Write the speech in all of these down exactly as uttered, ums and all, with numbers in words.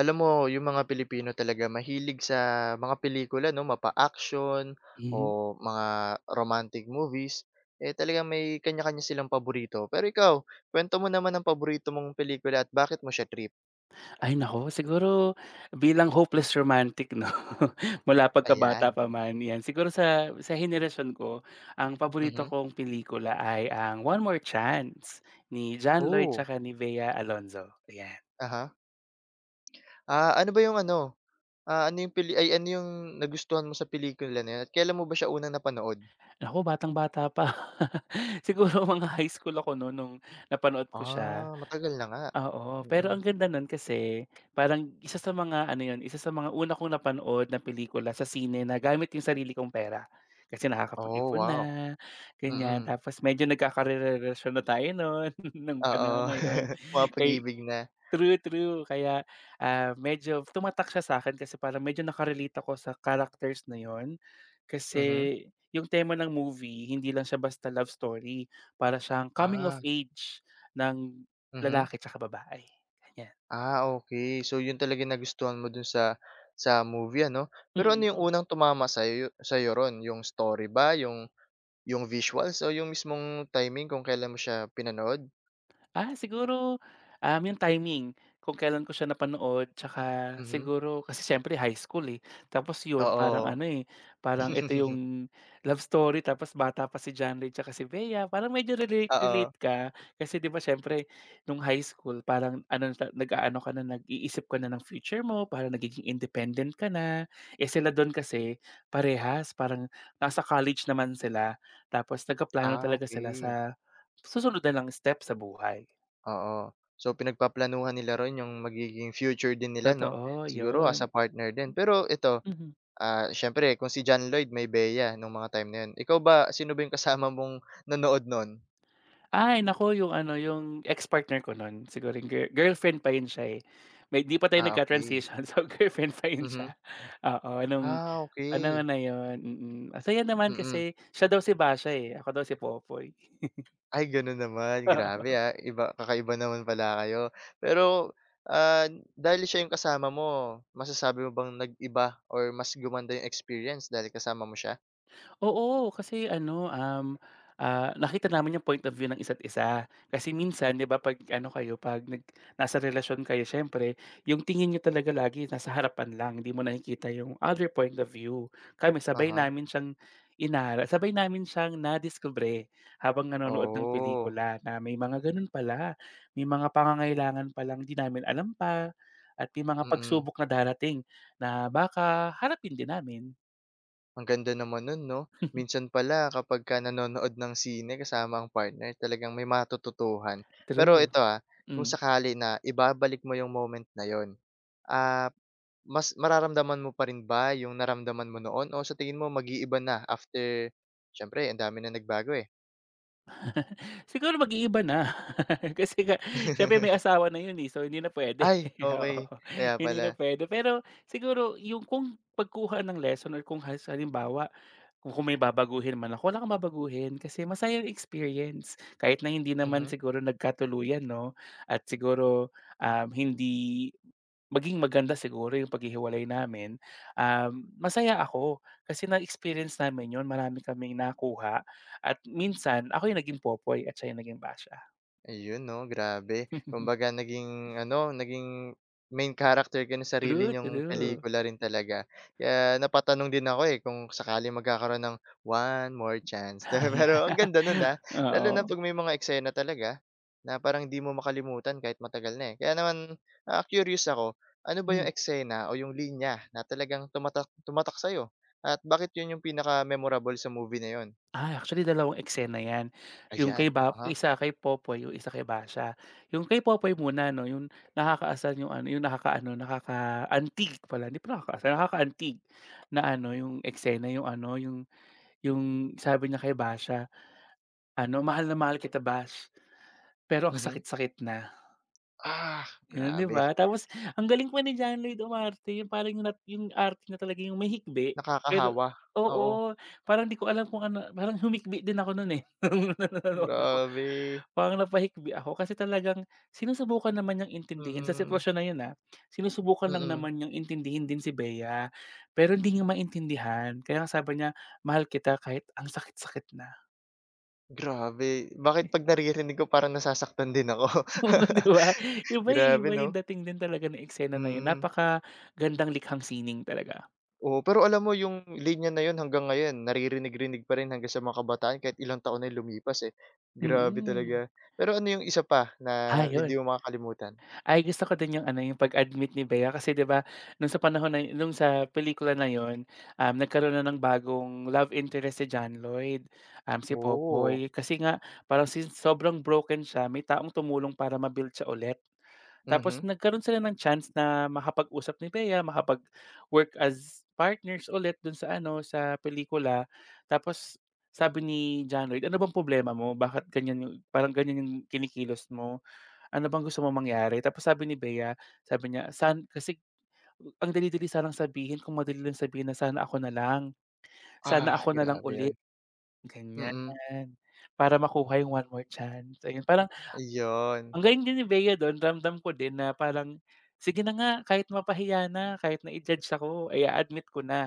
Alam mo yung mga Pilipino talaga mahilig sa mga pelikula 'no, mapa-action o Mhm. mga romantic movies, eh, talagang may kanya-kanya silang paborito. Pero ikaw, kuwento mo naman ang paborito mong pelikula at bakit mo siya trip? Ay nako, siguro bilang hopeless romantic 'no, mula pagkabata Ayan, pa man 'yan. Siguro sa sa henerasyon ko, ang paborito mhm. kong pelikula ay ang One More Chance ni John Lloyd Oh, tsaka ni Bea Alonzo, ayan. aha. Ah, ano ba yung ano, ah, ano yung peli ay ano yung nagustuhan mo sa pelikula na 'yun at kailan mo ba siya unang napanood? Naku, batang-bata pa. Siguro mga high school ako no'n nung napanood ko siya. Ah, matagal na nga. Ah, oo, pero Mm. ang ganda nun kasi parang isa sa mga ano yun, isa sa mga una kong napanood na pelikula sa sine na gamit yung sarili kong pera. Kasi Oh, nakakapag-ipon na, wow. ganyan. Mm, Tapos medyo nagkakarelasyon na tayo noon nung oo. panahon na yun. Kay Mapag-ibig na. true, true. Kaya, ah, medyo tumatak siya sa akin, kasi parang medyo naka-relate ako sa characters na 'yon. Kasi Mhm. yung tema ng movie hindi lang siya basta love story, para siyang coming of Ah. age ng Mhm. lalaki 'tsaka babae, ganyan. Ah, okay. So, yun talaga yung nagustuhan mo dun sa sa movie ano? Pero ano yung Mm. unang tumama sa'yo sa ron, yung story ba, yung yung visuals o yung mismong timing kung kailan mo siya pinanood? Ah, siguro, um, yung timing kung kailan ko siya napanood tsaka Mhm, siguro kasi siyempre high school, eh. Tapos yun parang oo. ano, eh, parang ito yung love story tapos bata pa si John Lloyd tsaka si Bea parang medyo Oo. relate-relate ka. Kasi 'di ba siyempre nung high school parang ano ta nag-aano ka na nag-iisip ka na ng future mo, parang nagiging independent ka na. Eh, sila dun kasi parehas parang nasa college naman sila tapos nagpaplano Ah, talaga sila okey. sa susunod na lang step sa buhay. Oo. So, pinagpaplanuhan nila ron yung magiging future din nila 'no? Totoo, Siguro as yun. a partner din. Pero ito, Mhm. ah, siyempre kung si John Lloyd may Bea nung mga time na yun. Ikaw ba, sino ba yung kasama mong nanood nun? Ay naku, yung ano, yung ex-partner ko nun siguro yung girl girlfriend pa yun siya, eh. May di pa tayo Ah, okay. nagka-transition so girlfriend pa yun Mhm. siya, oo, nung Ah, panahon okey. na yun, mm. Mm. Ang saya naman Mm. kasi siya daw si Basha, eh, ako daw si Popoy. Ay gano'n naman, grabe, ah, iba kakaiba naman pala kayo. Pero, ah, dahil siya yung kasama mo, masasabi mo bang nag-iba or mas gumanda yung experience dahil kasama mo siya? Oo, kasi ano, um, ah, nakita namin yung point of view ng isa't isa. Kasi minsan, 'di ba, 'pag ano kayo, 'pag nag nasa relasyon kayo, siyempre, yung tingin niyo talaga lagi nasa harapan lang, hindi mo nakikita yung other point of view. Kami, sabay Uh-huh. namin siyang inara sabay namin siyang nadiskubre habang nanonood ng Oh, pelikula na may mga ganun pala, may mga pangangailangan palang di namin alam pa, at may mga mm. pagsubok na darating na baka harapin din namin. Ang ganda naman nun 'no? Minsan pala kapagka nanonood ng sine kasama ang partner talagang may matututuhan. Pero True, ito, ah, kung hmm. sakali na ibabalik mo yung moment na yun, ah, mas mararamdaman mo pa rin ba yung naramdaman mo noon o sa tingin mo mag-iiba na after siyempre ang dami ng nagbago, eh. Siguro mag-iiba na. Kasi nga siyempre may asawa na yun, eh, so hindi na puwede, Ay, okay. oo, Kaya hindi pala. na puwede. Pero siguro yung kung pagkuha ng lesson or kung has halimbawa kung kung may babaguhin man ako, wala kang babaguhin kasi masaya yung experience. Kahit na hindi naman Mhm. siguro nagkatuluyan 'no, at siguro, um, hindi maging maganda siguro yung paghihiwalay namin. Um, masaya ako kasi na-experience namin 'yun, marami kaming nakuha at minsan ako yung naging popoy at siya yung naging basya. Ayun 'no, grabe. Kumbaga naging ano, naging main character ka ng sarili True, niyong true. pelikula rin talaga. Kaya napatanong din ako, eh, kung sakaling magkakaroon ng one more chance. Pero Ayan, ang ganda nun, ah, lalo na 'pag oo. may mga eksena talaga na parang di mo makalimutan kahit matagal na, eh. Kaya naman, ah, curious ako, ano ba yung Hmm. eksena o yung linya na talagang tumatak tumatak sa'yo at bakit yun yung pinaka-memorable sa movie na yun? Ah, actually dalawang eksena 'yan, yung kay Ayan, ba uh-huh, isa kay Popoy, yung isa kay Basya. Yung kay Popoy muna 'no, yung nakakaasar yung ano, yung nakakaano, nakakaantig pala, hindi pala nakakaasar, nakakaantig na ano yung eksena, yung ano, yung Yung sabi niya kay Basha, ano, "Mahal na mahal kita Bash, pero ang mhm. sakit-sakit na." Ah, Yun, 'di grabe. ba? Tapos ang galing pa ni John Lloyd umarte, yung parang yung nat yung arte na talaga yung may hikbi, pero Nakakahawa, oo. oo, parang di ko alam kung ano parang humikbi din ako nun, eh, nung nanonood ako. Grabe, Parang napahikbi ako kasi talagang sinusubukan naman niyang intindihin sa mm, sitwasyon na yun, ah, sinusubukan lang mm. naman niyang intindihin din si Bea, pero hindi niya maintindihan kaya nga sabi niya, "Mahal kita kahit ang sakit-sakit na." Grabe, bakit 'pag naririnig ko parang nasasaktan din ako. Oo, 'di ba? Iba, eh, Grabe iba 'no, yung dating din talaga ng eksena na yun, mm. napakagandang likhang sining talaga. Oo, pero alam mo yung linya na yun hanggang ngayon naririnig-rinig pa rin hanggang sa mga kabataan kahit ilang taon na yung lumipas, eh. Grabe talaga. Mm. Pero ano yung isa pa na Ah, hindi yun. mo makakalimutan? Ay gusto ko din yung ano, yung pag-admit ni Bea kasi 'di ba nung sa panahon na nung sa pelikula na yun, um, nagkaroon na ng bagong love interest si John Lloyd, um, si Oh, Popoy. Kasi nga parang since sobrang broken siya, may taong tumulong para ma-build siya ulit. Tapos mhm. nagkaroon sila ng chance na makapag-usap ni Bea, makapag-work as partners ulit dun sa ano, sa pelikula. Tapos sabi ni John Lloyd, "Ano bang problema mo? Bakit ganyan yung parang ganyan yung kinikilos mo?" Ano bang gusto mo mangyari? Tapos sabi ni Bea, sabi niya, san kasi ang dali-dali sanang sabihin kung madali lang sabihin na, "Sana ako na lang, sana Ah, ako na lang grabe ulit," yun, ganyan. mm. Para makuha yung one more chance, ayun. Parang Ayun, ang galing din ni Bea dun, ramdam ko din na parang, "Sige na nga, kahit mapahiya na, kahit na-i-judge ako, ay admit ko na,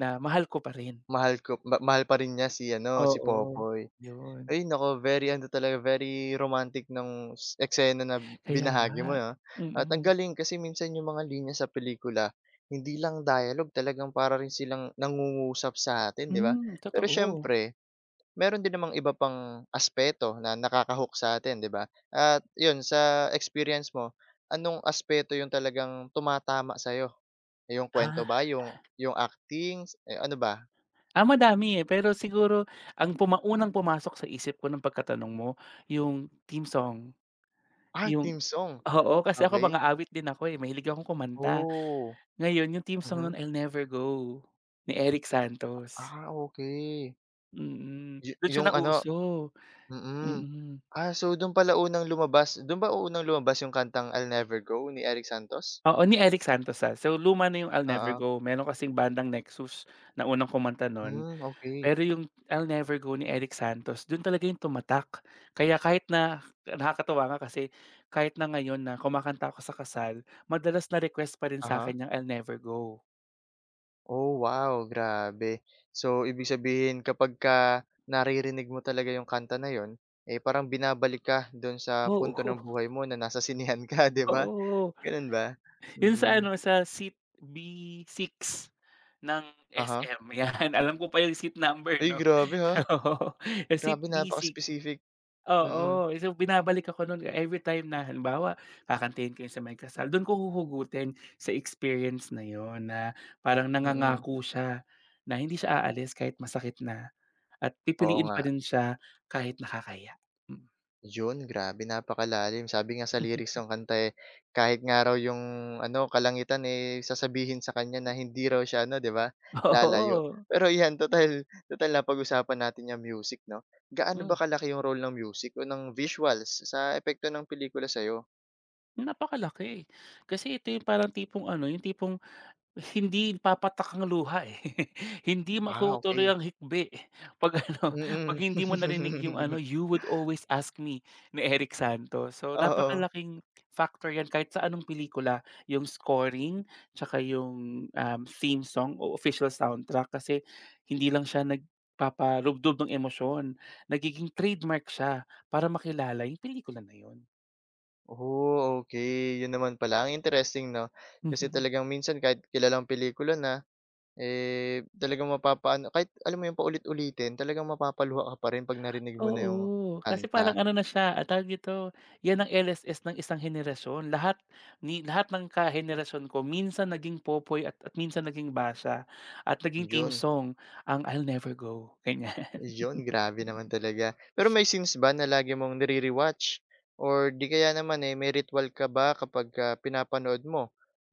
na mahal ko pa rin." mahal ko ma mahal pa rin niya si ano, si Oo, Popoy. yun. Ay naku, very ano talaga, very romantic nung eksena na Kaya binahagi nga, mo 'no. mm. At ang Mm. galing kasi minsan yung mga linya sa pelikula, hindi lang dialogue talagang para rin silang nangungusap sa atin 'di ba? Hmm, Pero totoo. siyempre, meron din namang iba pang aspeto na nakaka sa atin 'di ba? At yun sa experience mo, anong aspeto yung talagang tumatama sa'yo? Yung kwento ba, Ah. yung yung acting, eh, ano ba? Ah, madami, eh, pero siguro ang puma unang pumasok sa isip ko ng pagkatanong mo, yung theme song. Ah, Yung theme song. oo, kasi ako Okay. mang-aawit din ako, eh, mahilig akong kumanta. Oh, Ngayon yung theme song mhm. nun, "I'll Never Go" ni Eric Santos. Ah, okey. Mm, Yu dun siya Yung ano, nauso, mm. mm. Ah, so dun pala unang lumabas dun ba unang lumabas yung kantang I'll Never Go ni Eric Santos? Oo, ni Eric Santos, ah. So luma na yung "I'll Never Oo. Go." Meron kasing bandang Nexus na unang kumanta nun. Hmm, okey. Pero yung I'll Never Go ni Eric Santos, dun talaga yung tumatak. Kaya kahit na nakakatuwa nga kasi kahit na ngayon na kumakanta ako sa kasal, madalas na request pa rin sa Uh-huh. akin yung I'll Never Go. Oh, wow, grabe. So, ibig sabihin kapagka naririnig mo talaga yung kanta na yun, eh, parang binabalik ka dun sa punto ng Oo. buhay mo na nasa sinehan ka, 'di ba? Oo, Ganun ba? yun sa Mm. ano, sa seat b six ng Uh-huh. S M, yan. Alam ko pa yung seat number Ay, 'no, grabe, ha? oo, yung seat Grabe b six. napaka-specific. Mm, Oo, so binabalik ako nun everytime na halimbawa kakantahin ko yun sa may kasal, dun ko huhugutin sa experience na yon na parang mm. Mm. nangangako siya na hindi siya aalis kahit masakit na at Oo pipiliin nga. pa din siya kahit nakakahiya. Mm. Yun, grabe napakalalim. Sabi nga sa lyrics ng kanta, eh, kahit nga raw yung ano, kalangitan, eh, sasabihin sa kanya na hindi raw siya ano, 'di ba, lalayo. Oo, Pero 'yan total total na pag usapan natin yung music 'no. Gaano ba hmm, kalaki yung role ng music o ng visuals sa epekto ng pelikula sa'yo? napakalaki. Kasi ito yung parang tipong ano, yung tipong hindi papatak ang luha, eh. Hindi Ah, makutuloy okay. ang hikbi 'pag ano, 'pag Mm. hindi mo narinig yung ano, "You would always ask me" ni Eric Santos. So, Oo. napakalaking factor 'yan kahit sa anong pelikula, yung scoring tsaka yung, um, theme song o official soundtrack kasi hindi lang siya nagpaparubdob ng emosyon, nagiging trademark siya para makilala yung pelikula na yun. Oh, okay. Yun naman pala, ang interesting 'no. Kasi talagang minsan kahit kilalang pelikula na eh, talagang mapapaano kahit alam mo yun paulit-ulitin talagang mapapaluha ka pa rin 'pag narinig mo na yung Oo, kasi kanta. parang ano na siya, ah, tawag dito, 'yan ang L S S ng isang henerasyon. Lahat ni lahat ng kahenerasyon ko minsan naging popoy at at minsan naging basa at naging team Yun, song ang I'll Never Go, kanya yun grabe naman talaga. Pero may scenes ba na lagi mong nire-rewatch or 'di kaya naman, eh, may ritwal ka ba kapagka pinapanood mo?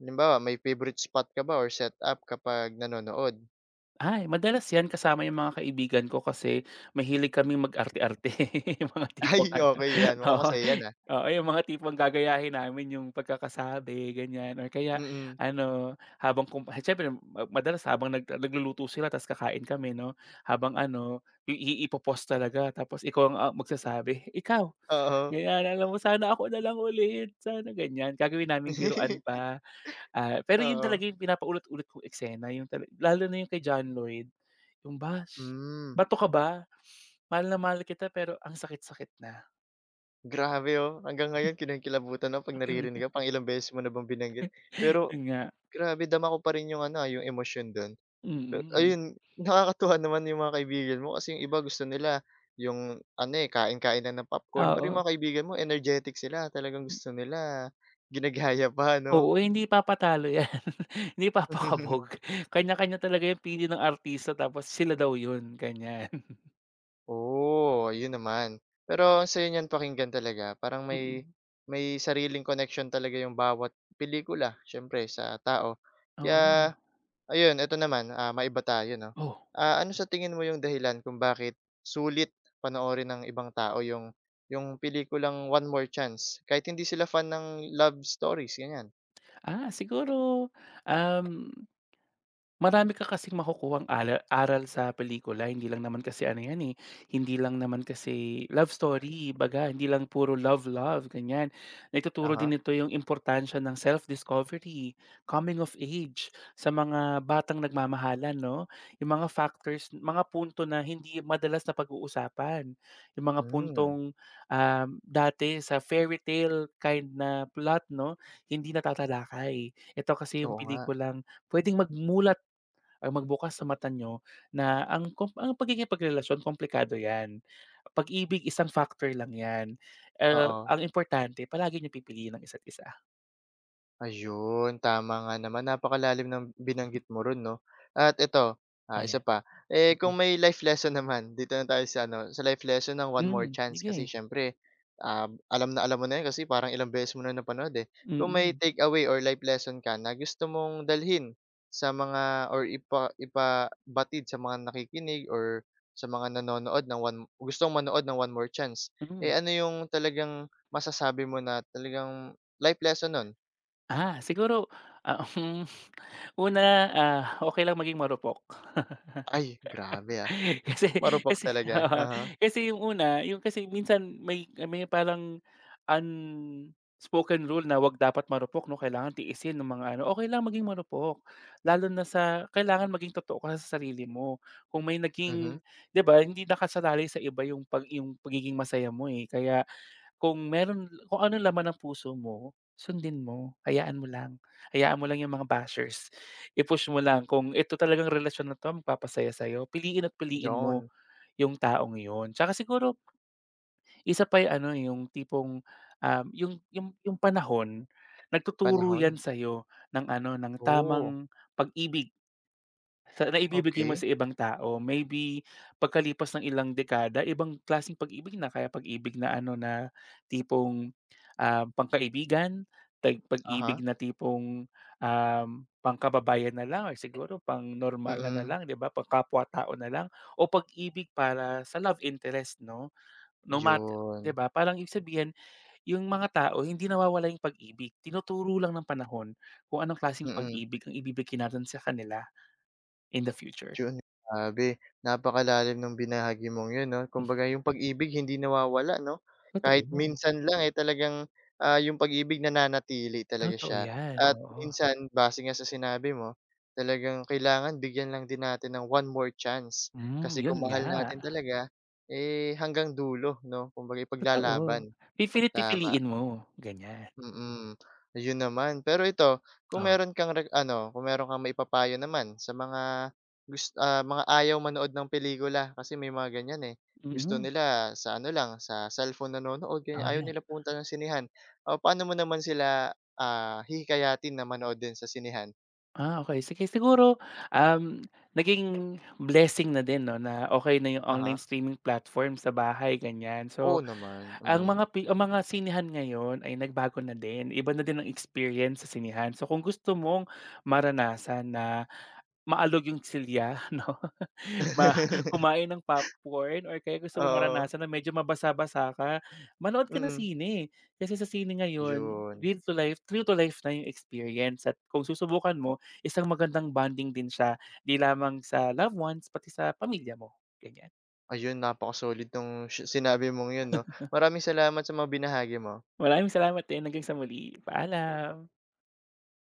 Halimbawa, may favorite spot ka ba or setup kapag nanonood? ay, madalas 'yan kasama 'yung mga kaibigan ko kasi mahilig kaming mag-arte-arte, 'yung mga Ay, tipong ano okey yan, mukhang oo, masaya yan, ah. oo, 'yung mga tipong gagayahin namin 'yung pagkakasabi ganiyan or kaya Mm, ano, habang kum siyempre ma madalas habang nag nagluluto sila tapos kakain kami 'no, habang ano, i ipo talaga tapos ikaw ang, ah, magsasabi, "Ikaw," oo. ganiyan, alam mo, "Sana ako na lang ulit, sana ganiyan." Gagawin naming biruan pa, ah, pero 'yun Oo. talaga 'yung pinapaulit-ulit kong eksena 'yung tala lalo na 'yung kay John Lloyd. Yung bash, Hmm. "Bato ka ba? Mahal na mahal kita pero ang sakit-sakit na." Grabe, oh, hanggang ngayon kinikilabutan ako 'pag Yun, naririnig ko, pang ilang beses mo na bang binanggit. Pero yun nga, grabe dama ko pa rin yung ano, ah, yung emosyon don. Pero mm, ayun, nakakatuwa naman yung mga kaibigan mo kasi yung iba gusto nila yung ano, eh, kain-kain lang ng popcorn, pero yung oo. mga kaibigan mo energetic sila, talagang gusto nila ginagaya pa 'no? Oo, hindi papatalo yan, hindi papakabog. Kanya-kanya talaga yung pili ng artista tapos sila daw yun, ganyan. Oo, yun naman. Pero ang saya niyan pakinggan talaga, parang may Mm, may sariling connection talaga yung bawat pelikula siyempre sa tao. oo. Kaya ayun, eto naman, ah, maiba tayo 'no. Oh, Ah, ano sa tingin mo yung dahilan kung bakit sulit panoorin ng ibang tao yung yung pelikulang One More Chance kahit hindi sila fan ng love stories, ganyan? ah, siguro, um marami ka kasing makukuhang ala aral sa pelikula, hindi lang naman kasi ano 'yan, eh, hindi lang naman kasi love story, baga hindi lang puro love, love, ganyan. Naituturo Uh-huh. din nito yung importansya ng self-discovery, coming of age sa mga batang nagmamahalan 'no, yung mga factors, mga punto na hindi madalas na pag-uusapan, yung mga Hmm, puntong, um, dati sa fairy tale kind na plot 'no, hindi natatalakay. Ito kasi yung oo nga, pelikulang pwedeng magmulat ang magbukas sa mata niyo na ang kom ang pagiging pagrelasyon komplikado 'yan. Pag-ibig isang factor lang 'yan. Ah, oo. ang importante palagi niyong pipiliin ang isa't isa, Ayun, tama nga naman. Napakalalim ng binanggit mo ro'n 'no. At ito, ah, ayan. isa pa, eh, kung Sige. may life lesson naman, dito na tayo sa ano, sa life lesson ng One More Hmm, Chance kasi sige. siyempre, ah, alam na alam mo na 'yan kasi parang ilang beses mo na napanood, eh. Kung may Mm-mm. take away or life lesson ka na gusto mong dalhin sa mga or ipa ipabatid sa mga nakikinig or sa mga nanonood ng one gustong manood ng One More Chance, Mm, hmm. eh, ano yung talagang masasabi mo na talagang life lesson nun? Ah, siguro, ah, una, ah, okey lang maging marupok. Ay, grabe, ah. Kasi Marupok kasi talaga, uh-huh. kasi yung una, yung kasi minsan may may parang unspoken rule na 'wag dapat marupok 'no, kailangan tiisin ng mga ano. Okay lang maging marupok, lalo na sa kailangan maging totoo ka sa sarili mo. Kung may Mhm, naging 'di ba, hindi nakasalalay sa iba yung pag yung pagiging masaya mo, eh. Kaya kung meron kung ano laman ng puso mo, sundin mo, hayaan mo lang. Hayaan mo lang yung mga bashers, i-push mo lang kung ito talagang relasyon na 'to magpapasaya sa'yo, piliin at piliin mo yun, yung taong yun. Tsaka siguro isa pa yung ano, eh, yung tipong, um, yung yung yung panahon, nagtuturo yan panahon. sa'yo ng ano, ng Oh, tamang pag-ibig. Sa naibibigay mo okey, sa ibang tao, maybe pagkalipas ng ilang dekada ibang klaseng pag-ibig na. Kaya pag-ibig na ano na tipong, ah, pangkaibigan, tag uh-huh, pag-ibig na tipong, um, pangkababayan na lang or siguro pangnormal na na mm, lang, 'di ba, pangkapwa-tao na lang o pag-ibig para sa love interest 'no. No mat 'di yun, ba, parang ibig sabihin yung mga tao hindi nawawala yung pag-ibig, tinuturo lang ng panahon kung anong klaseng mm. pag-ibig ang ibibigay natin sa kanila in the future. Yun, grabe napakalalim ng binahagi mong yun 'no. Kumbaga yung pag-ibig hindi nawawala 'no, kahit Totoo, no? minsan lang, eh, talagang, ah, yung pag-ibig nananatili talaga Totoo siya. yan, At oo. minsan base nga sa sinabi mo, talagang kailangan bigyan lang din natin ng one more chance. Hmm, Kasi yun kung nga, mahal natin talaga, eh, hanggang dulo 'no, kumbaga totoo. ipaglalaban, Pipili't tama. pipiliin mo, ganyan. Mm, ayun naman. Pero ito, kung Oh, meron kang rek ano, kung meron kang maipapayo naman sa mga gusto mga ayaw manood ng pelikula, kasi may mga ganyan, eh. Gusto mm. nila sa ano lang, sa cellphone nanonood, ganyan, Oh, ayaw yan. nila pumunta ng sinehan. O paano mo naman sila, ah, hihikayatin na manood din sa sinehan? Ah, okey sige siguro, um, naging blessing na din 'no na okey na yung Aha. online streaming platform sa bahay ganyan. Oo So, naman, ang mm. mga pi ang mga sinehan ngayon ay nagbago na din, iba na din ang experience sa sinehan. So, kung gusto mong maranasan na maalog yung silya 'no ma kumain ng popcorn or kaya gusto mo Oo, maranasan na medyo mabasa-basa ka, manood ka ng mm. sine. Kasi sa sine ngayon, Yun. real to life true to life na yung experience at kung susubukan mo, isang magandang bonding din siya, 'di lamang sa loved ones, pati sa pamilya mo, ganyan. Ayun, napaka-solid nung shi sinabi mong yun 'no. Maraming salamat sa mga binahagi mo. Maraming salamat din, hanggang sa muli, paalam.